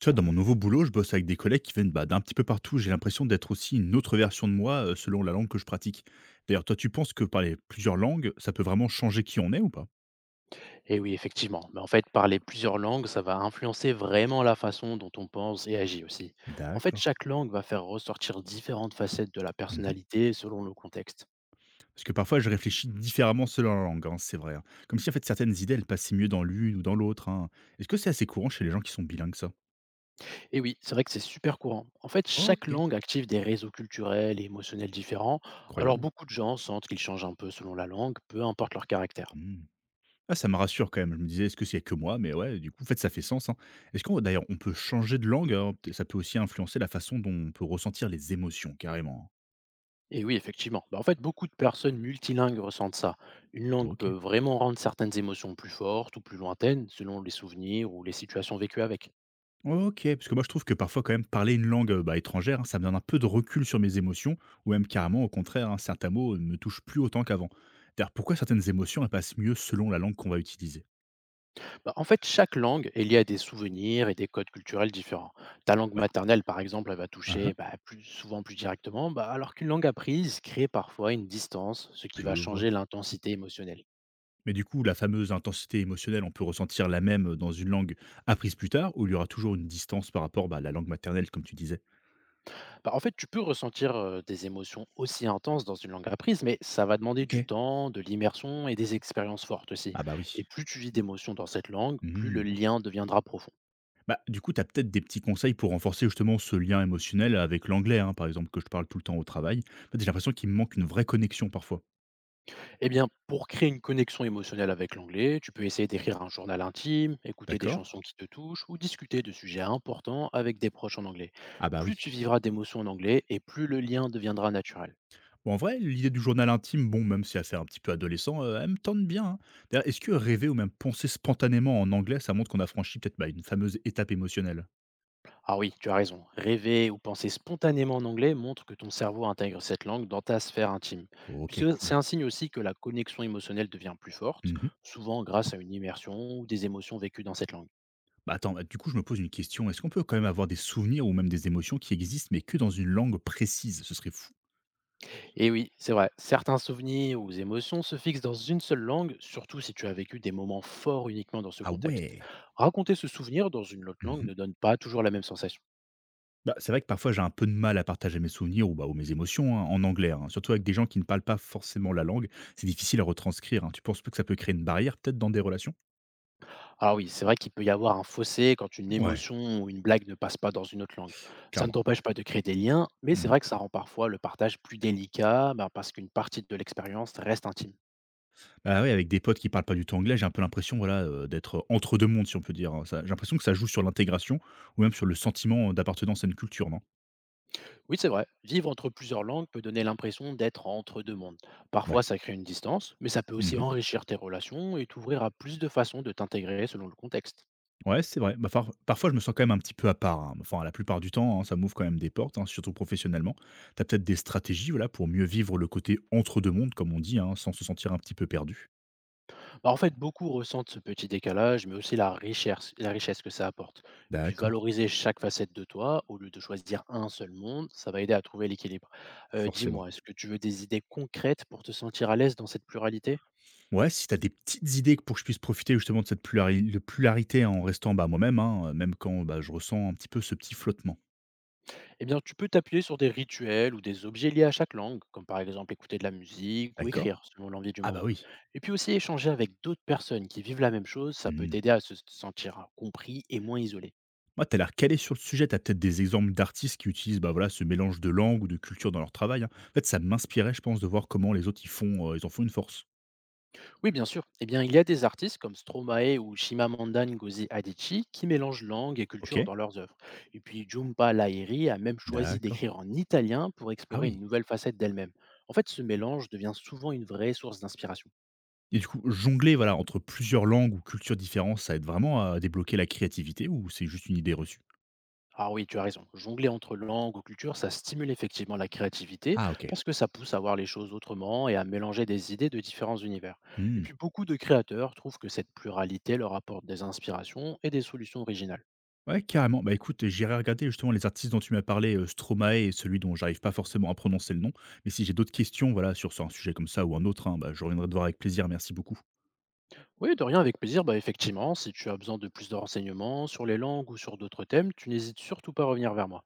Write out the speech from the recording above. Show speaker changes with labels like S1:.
S1: Tu vois, dans mon nouveau boulot, je bosse avec des collègues qui viennent d'un petit peu partout. J'ai l'impression d'être aussi une autre version de moi selon la langue que je pratique. D'ailleurs, toi, tu penses que parler plusieurs langues, ça peut vraiment changer qui on est ou pas?
S2: Et oui, effectivement. Mais en fait, parler plusieurs langues, ça va influencer vraiment la façon dont on pense et agit aussi. En fait,
S1: D'accord.
S2: chaque langue va faire ressortir différentes facettes de la
S1: Mhm.
S2: personnalité selon le contexte.
S1: Parce que parfois, je réfléchis différemment selon la langue, hein, c'est vrai, hein. Comme si, en fait, certaines idées, elles passaient mieux dans l'une ou dans l'autre, hein. Est-ce que c'est assez courant chez les gens qui sont bilingues, ça?
S2: Et oui, c'est vrai que c'est super courant. En fait, chaque
S1: Ok.
S2: langue active des réseaux culturels et émotionnels différents. Alors,
S1: Incroyable.
S2: beaucoup de gens sentent qu'ils changent un peu selon la langue, peu importe leur caractère.
S1: Mmh. Ah, ça me rassure quand même. Je me disais: «Est-ce que c'est que moi?» mais ouais, du coup, en fait, ça fait sens, hein. Est-ce qu'on d'ailleurs, on peut changer de langue, alors peut ça peut aussi influencer la façon dont on peut ressentir les émotions, carrément?
S2: Et oui, effectivement. Bah, en fait, beaucoup de personnes multilingues ressentent ça. Une langue peut
S1: OK.
S2: vraiment rendre certaines émotions plus fortes ou plus lointaines selon les souvenirs ou les situations vécues avec.
S1: OK, parce que moi, je trouve que parfois, quand même, parler une langue, bah, étrangère, hein, ça me donne un peu de recul sur mes émotions ou même carrément, au contraire, hein, certains mots, ne me touchent plus autant qu'avant. D'ailleurs, pourquoi certaines émotions, elles passent mieux selon la langue qu'on va utiliser?
S2: Bah, en fait, chaque langue est liée à des souvenirs et des codes culturels différents. Ta langue
S1: Ouais.
S2: maternelle, par exemple, elle va
S1: Hein hein,
S2: toucher bah, plus, souvent plus directement, bah, alors qu'une langue apprise crée parfois une distance, ce qui
S1: je
S2: va
S1: vois.
S2: changer l'intensité émotionnelle.
S1: Mais du coup, la fameuse intensité émotionnelle, on peut ressentir la même dans une langue apprise plus tard, où il y aura toujours une distance par rapport bah, à la langue maternelle, comme tu disais?
S2: Bah, en fait, tu peux ressentir des émotions aussi intenses dans une langue apprise, mais ça va demander du
S1: OK.
S2: temps, de l'immersion et des expériences fortes aussi.
S1: Ah bah oui.
S2: Et plus tu vis d'émotions dans cette langue, plus le
S1: Mmh.
S2: lien deviendra profond.
S1: Bah, du coup, tu as peut-être des petits conseils pour renforcer justement ce lien émotionnel avec l'anglais, hein, par exemple, que je parle tout le temps au travail. En fait, j'ai l'impression qu'il me manque une vraie connexion parfois.
S2: Eh bien, pour créer une connexion émotionnelle avec l'anglais, tu peux essayer d'écrire un journal intime, écouter des
S1: D'accord?
S2: chansons qui te touchent ou discuter de sujets importants avec des proches en anglais.
S1: Ah bah
S2: Plus
S1: oui.
S2: tu vivras d'émotions en anglais et plus le lien deviendra naturel.
S1: Bon, en vrai, l'idée du journal intime, bon, même si elle fait un petit peu adolescent, elle me tente bien, hein. D'ailleurs, est-ce que rêver ou même penser spontanément en anglais, ça montre qu'on a franchi peut-être bah, une fameuse étape émotionnelle?
S2: Ah oui, tu as raison. Rêver ou penser spontanément en anglais montre que ton cerveau intègre cette langue dans ta sphère intime. Puis
S1: Ok,
S2: c'est
S1: cool.
S2: un signe aussi que la connexion émotionnelle devient plus forte,
S1: Mhm.
S2: souvent grâce à une immersion ou des émotions vécues dans cette langue.
S1: Bah, attends, bah, du coup, je me pose une question. Est-ce qu'on peut quand même avoir des souvenirs ou même des émotions qui existent, mais que dans une langue précise? Ce serait fou.
S2: Et oui, c'est vrai, certains souvenirs ou émotions se fixent dans une seule langue, surtout si tu as vécu des moments forts uniquement dans ce
S1: Ah
S2: contexte.
S1: ouais!
S2: Raconter ce souvenir dans une autre langue
S1: Mmh.
S2: ne donne pas toujours la même sensation.
S1: Bah, c'est vrai que parfois j'ai un peu de mal à partager mes souvenirs ou, bah, ou mes émotions, hein, en anglais, hein, surtout avec des gens qui ne parlent pas forcément la langue. C'est difficile à retranscrire, hein. Tu penses pas que ça peut créer une barrière peut-être dans des relations?
S2: Alors oui, c'est vrai qu'il peut y avoir un fossé quand une
S1: Ouais,
S2: émotion ou une blague ne passe pas dans une autre langue. Ça ne
S1: clairement.
S2: t'empêche pas de créer des liens, mais c'est
S1: Mmh.
S2: vrai que ça rend parfois le partage plus délicat bah, parce qu'une partie de l'expérience reste intime.
S1: Bah, oui, avec des potes qui parlent pas du tout anglais, j'ai un peu l'impression, voilà, d'être entre 2 mondes, si on peut dire, hein. Ça j'ai l'impression que ça joue sur l'intégration ou même sur le sentiment d'appartenance à une culture, non?
S2: Oui, c'est vrai. Vivre entre plusieurs langues peut donner l'impression d'être entre deux mondes. Parfois,
S1: Ouais.
S2: ça crée une distance, mais ça peut aussi
S1: Mmh.
S2: enrichir tes relations et t'ouvrir à plus de façons de t'intégrer selon le contexte.
S1: Ouais, c'est vrai. Bah, parfois, je me sens quand même un petit peu à part, hein. Enfin, la plupart du temps, hein, ça m'ouvre quand même des portes, hein, surtout professionnellement. Tu as peut-être des stratégies, voilà, pour mieux vivre le côté entre 2 mondes, comme on dit, hein, sans se sentir un petit peu perdu?
S2: Bah, en fait, beaucoup ressentent ce petit décalage, mais aussi la richesse que ça apporte. Et puis,
S1: D'accord,
S2: valoriser chaque facette de toi, au lieu de choisir un seul monde, ça va aider à trouver l'équilibre.
S1: forcément.
S2: Dis-moi, est-ce que tu veux des idées concrètes pour te sentir à l'aise dans cette pluralité?
S1: Ouais, si tu as des petites idées pour que je puisse profiter justement de cette pluralité en restant, bah, moi-même, hein, même quand, bah, je ressens un petit peu ce petit flottement.
S2: Eh bien, tu peux t'appuyer sur des rituels ou des objets liés à chaque langue, comme par exemple écouter de la musique ou
S1: D'accord?
S2: écrire, selon l'envie du
S1: Ah bah,
S2: moment.
S1: oui.
S2: Et puis aussi échanger avec d'autres personnes qui vivent la même chose, ça peut
S1: Mmh.
S2: t'aider à se sentir compris et moins isolé.
S1: Moi, tu as l'air calé sur le sujet, tu as peut-être des exemples d'artistes qui utilisent, bah, voilà, ce mélange de langues ou de cultures dans leur travail, hein? En fait, ça m'inspirait, je pense, de voir comment les autres ils font, ils en font une force.
S2: Oui, bien sûr. Eh bien, il y a des artistes comme Stromae ou Chimamanda Ngozi Adichie qui mélangent langue et culture
S1: OK,
S2: dans leurs œuvres. Et puis Jhumpa Lahiri a même choisi
S1: d'accord.
S2: d'écrire en italien pour
S1: Ah
S2: explorer une
S1: oui,
S2: nouvelle facette d'elle-même. En fait, ce mélange devient souvent une vraie source d'inspiration.
S1: et du coup, jongler, voilà, entre plusieurs langues ou cultures différentes, ça aide vraiment à débloquer la créativité ou c'est juste une idée reçue?
S2: Ah oui, tu as raison. Jongler entre langues ou cultures, ça stimule effectivement la créativité
S1: Ah OK.
S2: parce que ça pousse à voir les choses autrement et à mélanger des idées de différents univers. Et
S1: Mmh.
S2: puis beaucoup de créateurs trouvent que cette pluralité leur apporte des inspirations et des solutions originales.
S1: Ouais, carrément. Bah, écoute, j'irai regarder justement les artistes dont tu m'as parlé, Stromae et celui dont j'arrive pas forcément à prononcer le nom, mais si j'ai d'autres questions, voilà, sur un sujet comme ça ou un autre, hein, bah, je reviendrai te voir avec plaisir. Merci beaucoup.
S2: Oui, de rien, avec plaisir. Bah effectivement, si tu as besoin de plus de renseignements sur les langues ou sur d'autres thèmes, tu n'hésites surtout pas à revenir vers moi.